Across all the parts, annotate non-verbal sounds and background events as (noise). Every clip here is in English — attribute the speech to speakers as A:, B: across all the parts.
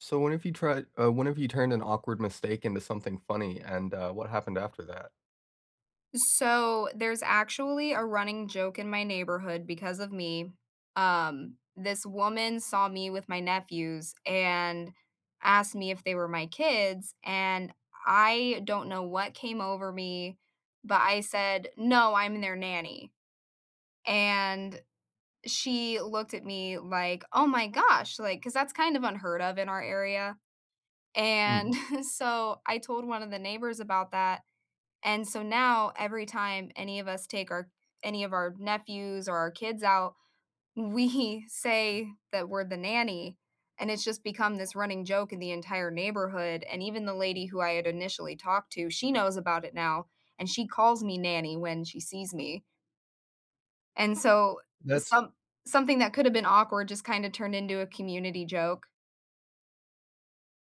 A: So when have you tried when have you turned an awkward mistake into something funny, and what happened after that?
B: So there's actually a running joke in my neighborhood because of me. This woman saw me with my nephews and asked me if they were my kids. And I don't know what came over me, but I said, "No, I'm their nanny." And she looked at me like, "Oh my gosh," like, because that's kind of unheard of in our area.
A: Mm.
B: And (laughs) so I told one of the neighbors about that, and so now every time any of us take our any of our nephews or our kids out, we (laughs) say that we're the nanny, and it's just become this running joke in the entire neighborhood, and even the lady who I had initially talked to, she knows about it now, and she calls me nanny when she sees me. And so
A: That's
B: some something that could have been awkward just kind of turned into a community joke.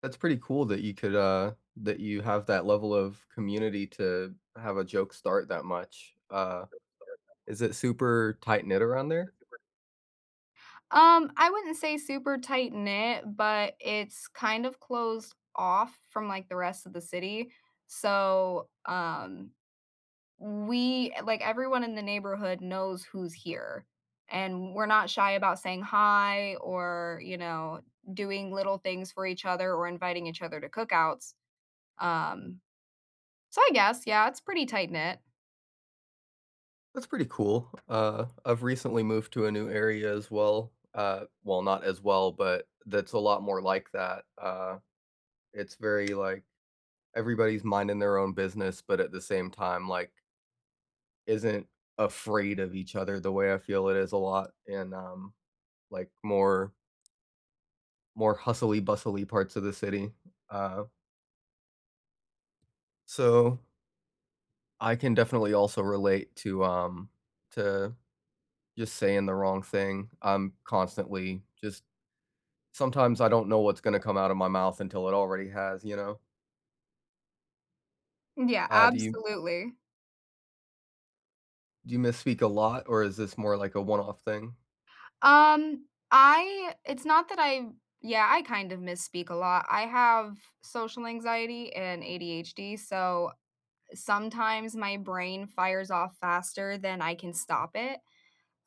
A: that's pretty cool that you could, that you have that level of community to have a joke start that much. Is it super tight-knit around there?
B: I wouldn't say super tight knit, but it's kind of closed off from like the rest of the city. So, we, like, everyone in the neighborhood knows who's here, and we're not shy about saying hi or, you know, doing little things for each other or inviting each other to cookouts. Um, so I guess, yeah, it's pretty tight knit.
A: That's pretty cool. I've recently moved to a new area as well. Well, not as well, but that's a lot more like that. It's very, like, everybody's minding their own business, but at the same time, like isn't afraid of each other the way I feel it is a lot in, like, more more hustly bustly parts of the city. Uh, so I can definitely also relate to, to just saying the wrong thing. I'm constantly just sometimes I don't know what's gonna come out of my mouth until it already has, you know?
B: Yeah,
A: Uh, do you
B: absolutely.
A: do you misspeak a lot, or is this more like a one-off thing?
B: I it's not that I yeah, I kind of misspeak a lot. I have social anxiety and ADHD, so sometimes my brain fires off faster than I can stop it.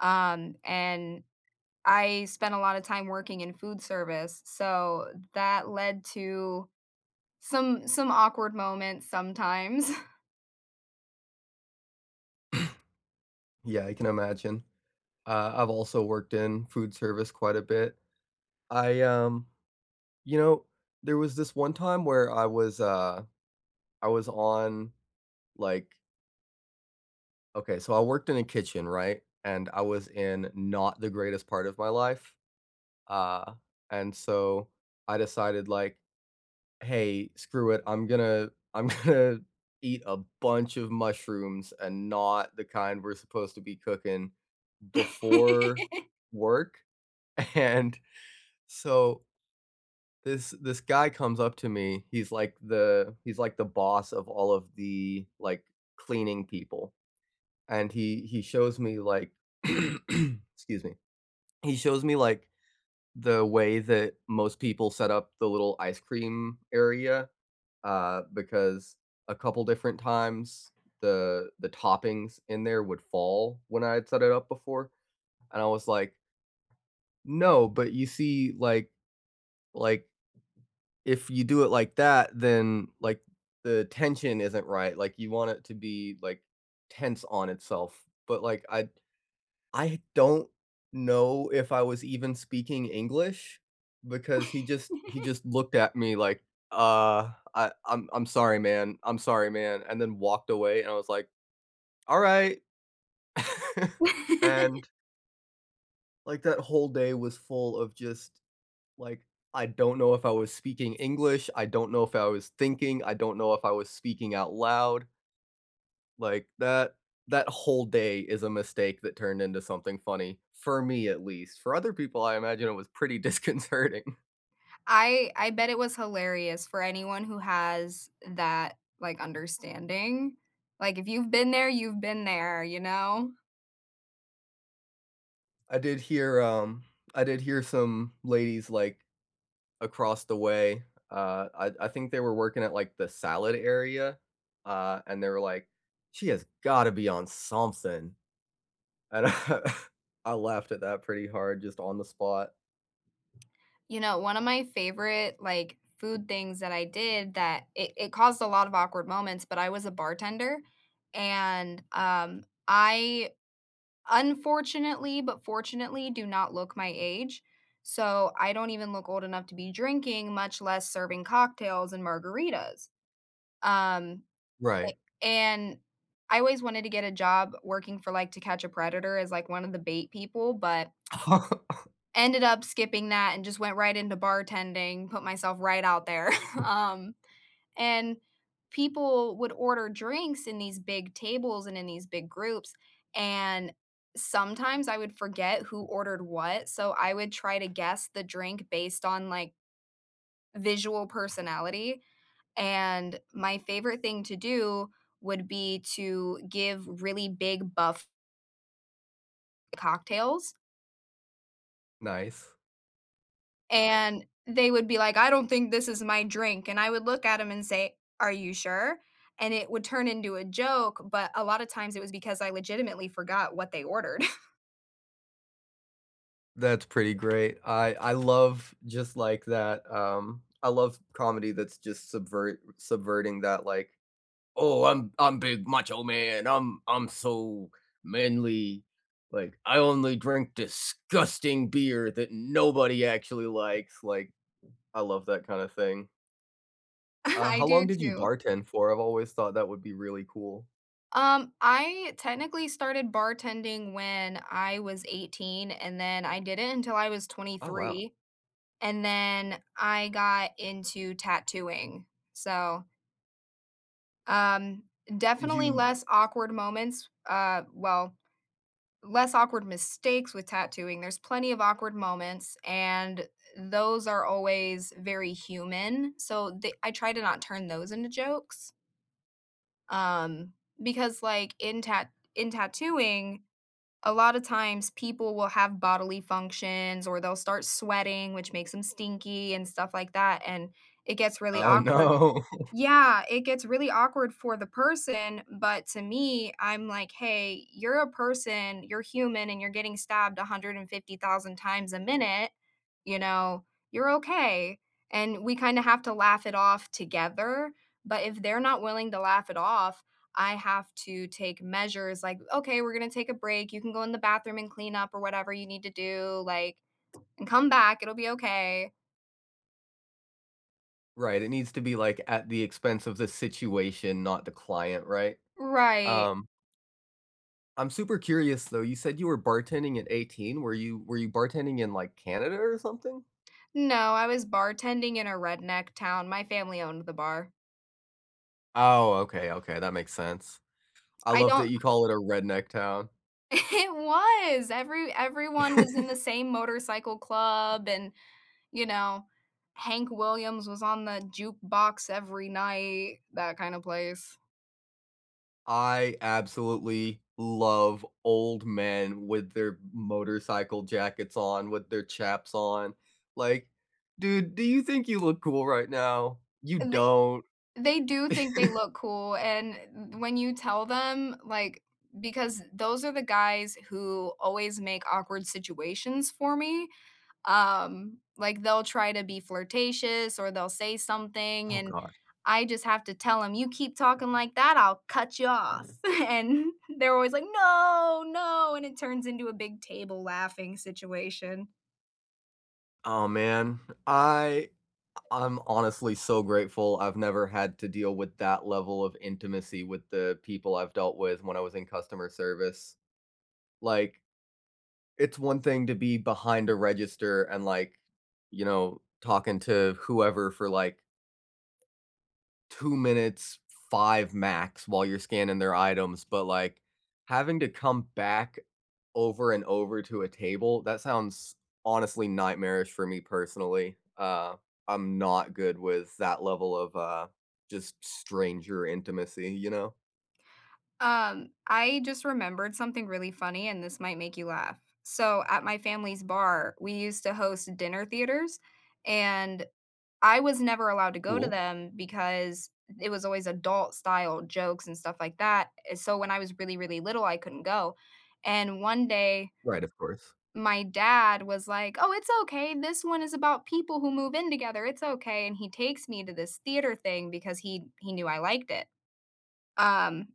B: And I spent a lot of time working in food service, so that led to some awkward moments sometimes. (laughs)
A: Yeah, I can imagine. I've also worked in food service quite a bit. I, um You know, there was this one time where I was on like okay, so I worked in a kitchen, right? And I was in not the greatest part of my life. Uh, and so I decided like, "Hey, screw it. I'm (laughs) gonna eat a bunch of mushrooms and not the kind we're supposed to be cooking before work." (laughs) And so this guy comes up to me. He's like the boss of all of the, like, cleaning people, and he shows me, like (clears throat) excuse me. He shows me, like, the way that most people set up the little ice cream area, because a couple different times, the toppings in there would fall when I had set it up before, and I was like, "No, but you see, like, If you do it like that, then, like, the tension isn't right, like, you want it to be, like, tense on itself, but, like, I don't know if I was even speaking English because he just looked at me like, I'm sorry, man. I'm sorry, man," and then walked away, and I was like, "Alright." (laughs) And, like, that whole day was full of just Like, I don't know if I was speaking English, I don't know if I was thinking, I don't know if I was speaking out loud. Like, that whole day is a mistake that turned into something funny, for me at least. For other people, I imagine it was pretty (laughs) disconcerting.
B: I bet it was hilarious for anyone who has that, like, understanding. Like, if you've been there, you've been there, you know?
A: I did hear, um I did hear some ladies, like, across the way, I think they were working at, like, the salad area, and they were like, "She has gotta be on something." And I (laughs) I laughed at that pretty hard just on the spot.
B: You know, one of my favorite, like, food things that I did that it caused a lot of awkward moments, but I was a bartender, and, I unfortunately, but fortunately, do not look my age, so I don't even look old enough to be drinking, much less serving cocktails and margaritas. Um, A
A: Right.
B: and I always wanted to get a job working for, like, To Catch a Predator as, like, one of the bait people, but
A: (laughs)
B: ended up skipping that and just went right into bartending, put myself right out there. (laughs) Um, and People would order drinks in these big tables and in these big groups, and sometimes I would forget who ordered what, so I would try to guess the drink based on, like, visual personality. And my favorite thing to do would be to give really big buff cocktails.
A: Nice.
B: And they would be like, "I don't think this is my drink," and I would look at them and say, "Are you sure?" And it would turn into a joke, but a lot of times it was because I legitimately forgot what they ordered.
A: That's pretty great.
B: (laughs)
A: I love just like that, I love comedy that's just subverting that like, "Oh, I'm big macho man. I'm so manly. Like, I only drink disgusting beer that nobody actually likes." Like, I love that kinda thing.
B: I
A: How
B: do
A: long did you
B: too.
A: bartend for? I've always thought that would be really cool.
B: I technically started bartending when I was 18, and then I did it until I was
A: Oh, wow.
B: 23, and then I got into tattooing. So, um,
A: Did
B: definitely
A: you
B: less awkward moments, well, less awkward mistakes with tattooing. There's plenty of awkward moments, and those are always very human. So they, I try to not turn those into jokes. Um, because in tattooing, a lot of times people will have bodily functions or they'll start sweating, which makes them stinky and stuff like that, and it gets really
A: Oh,
B: awkward,
A: no. (laughs)
B: yeah, it gets really awkward for the person, but to me, I'm like, "Hey, you're a person, you're human, and you're getting stabbed 150,000 times a minute, you know, you're okay." And we kinda have to laugh it off together, but if they're not willing to laugh it off, I have to take measures like, "Okay, we're gonna take a break, you can go in the bathroom and clean up or whatever you need to do, like, and come back, it'll be okay."
A: Right, it needs to be, like, at the expense of the situation, not the client, right?
B: Right.
A: Um, I'm super curious, though, you said you were bartending at 18, were you bartending in, like, Canada or something?
B: No, I was bartending in a redneck town, my family owned the bar.
A: Oh, okay, okay, that makes sense. I
B: I
A: love
B: don't—
A: that you call it a redneck town.
B: (laughs) it was! Everyone was in the same motorcycle club and, you know, Hank Williams was on the jukebox every night, that kind of place.
A: I absolutely love old men with their motorcycle jackets on, with their chaps on. Like, "Dude, do you think you look cool right now? You
B: Th
A: don't."
B: they do think they look cool, and when you tell them, like, because those are the guys who always make awkward situations for me. Like, they'll try to be flirtatious or they'll say something
A: Oh
B: and
A: god.
B: I just have to tell them, "You keep talking like that, I'll cut you off." (laughs) And they're always like, "No, no," and it turns into a big table laughing situation.
A: Oh, man. I I'm honestly so grateful I've never had to deal with that level of intimacy with the people I've dealt with when I was in customer service. Like, it's one thing to be behind a register and, like, you know, talking to whoever for, like, 2 minutes, 5 max while you're scanning their items, but, like, having to come back over and over to a table, that sounds honestly nightmarish for me personally. I'm not good with that level of, just stranger intimacy, you know?
B: I just remembered something really funny and this might make you laugh. So at my family's bar, we used to host dinner theaters, and I was never allowed to go to
A: Cool.
B: them because it was always adult style jokes and stuff like that, eh, so when I was really, really little, I couldn't go, and one day,
A: Right, of course.
B: my dad was like, "Oh, it's okay, this one is about people who move in together, it's okay," and he takes me to this theater thing because he knew I liked it, um,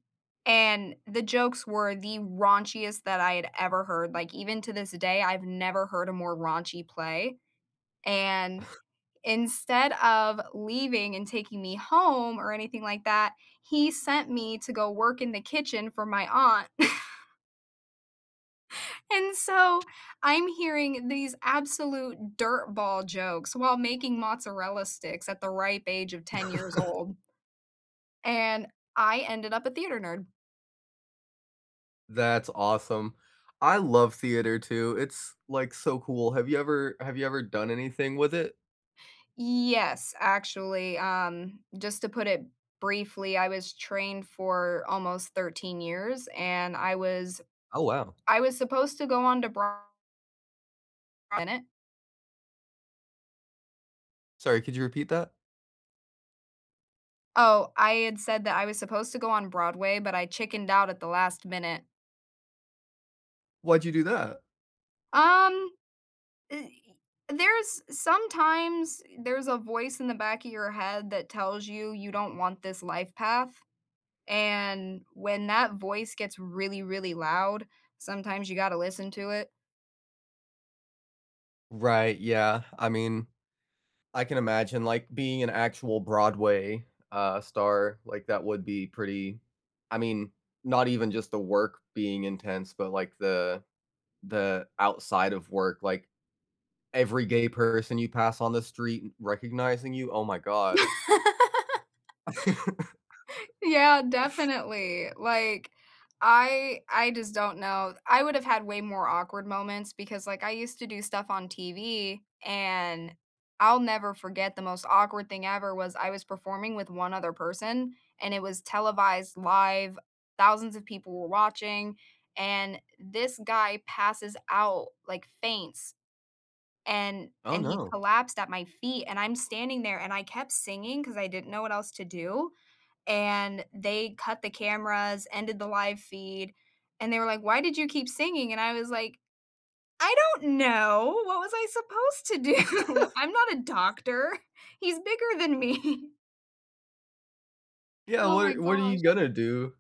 B: and the jokes were the raunchiest that I had ever heard, like, even to this day, I've never heard a more raunchy play, and instead of leaving and taking me home or anything like that, he sent me to go work in the kitchen for my aunt. (laughs) And so I'm hearing these absolute dirtball jokes while making mozzarella sticks at the ripe age of 10 years old. And I ended up a theater nerd.
A: That's awesome. I love theater too. It's, like, so cool. Have you ever done anything with it?
B: Yes, actually, just to put it briefly, I was trained for almost 13 years and I was
A: Oh, wow.
B: I was supposed to go on to Broadway.
A: Sorry, could you repeat that?
B: Oh, I had said that I was supposed to go on Broadway, but I chickened out at the last minute.
A: Why'd you do that?
B: Um, eh, there's sometimes, there's a voice in the back of your head that tells you you don't want this life path, and when that voice gets really, really loud, sometimes you gotta listen to it.
A: Right, yeah. I mean, I can imagine, like, being an actual Broadway, star, like, that would be pretty I mean, not even just the work being intense, but, like, the outside of work, like, every gay person you pass on the street recognizing you, oh my god. (laughs)
B: Yeah, definitely. Like, I just don't know. I would have had way more awkward moments because, like, I used to do stuff on TV, and I'll never forget the most awkward thing ever was I was performing with one other person, and it was televised live. Thousands of people were watching, and this guy passes out, like, faints, and
A: Oh,
B: he
A: no.
B: collapsed at my feet, and I'm standing there, and I kept singing because I didn't know what else to do, and they cut the cameras, ended the live feed, and they were like, "Why did you keep singing?" And I was like, "I don't know. What was I supposed to do? (laughs) I'm not a doctor. (laughs) He's bigger than me." (laughs)
A: Yeah,
B: Oh my
A: what are
B: gosh.
A: you gonna do?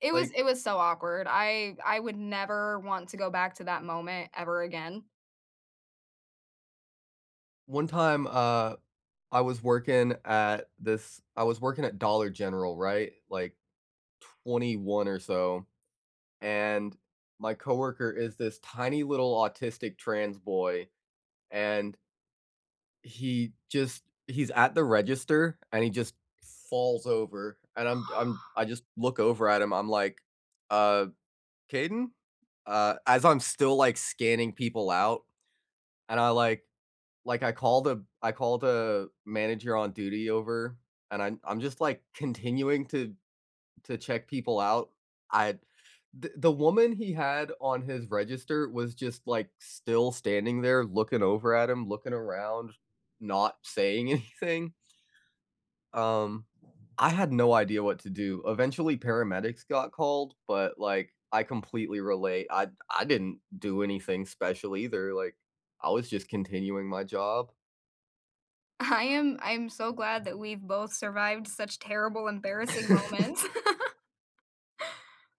B: It was
A: Like,
B: it was so awkward. I would never want to go back to that moment ever again.
A: one time, I was working at Dollar General, right? Like, 21 or so, and my coworker is this tiny little autistic trans boy, and he's at the register, and he just falls over, and
B: (gasps)
A: I just look over at him, I'm like, "Uh, Caden?" As I'm still, like, scanning people out, and I call the manager on duty over, and I'm just, like, continuing to check people out. I the woman he had on his register was just, like, still standing there looking over at him, looking around, not saying (laughs) anything. Um, I had no idea what to do. Eventually, paramedics got called, but, like, I completely relate. I didn't do anything special either, like, I was just continuing my job.
B: I am so glad that we've both survived such terrible, embarrassing
A: (laughs)
B: moments.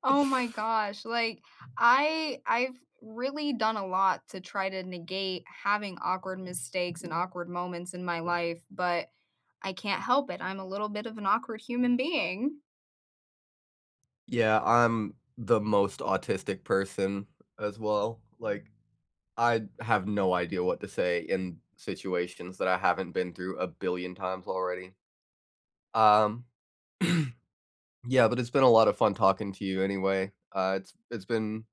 B: Oh my gosh, like, I've really done a lot to try to negate having awkward mistakes and awkward moments in my life, but I can't help it. I'm a little bit of an awkward human being.
A: Yeah, I'm the most autistic person as well, like, I have no idea what to say in situations that I haven't been through a billion times already. Um, (clears throat) yeah, but it's been a lot of fun talking to you anyway. It's been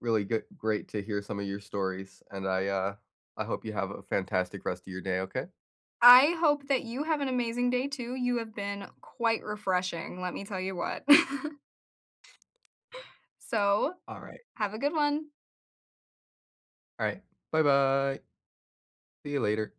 A: really good, great to hear some of your stories, and I hope you have a fantastic rest of your day. Okay.
B: I hope that you have an amazing day too. You have been quite refreshing, let me tell you what. (laughs) So,
A: All right.
B: have a good one.
A: All right. Bye bye. See you later.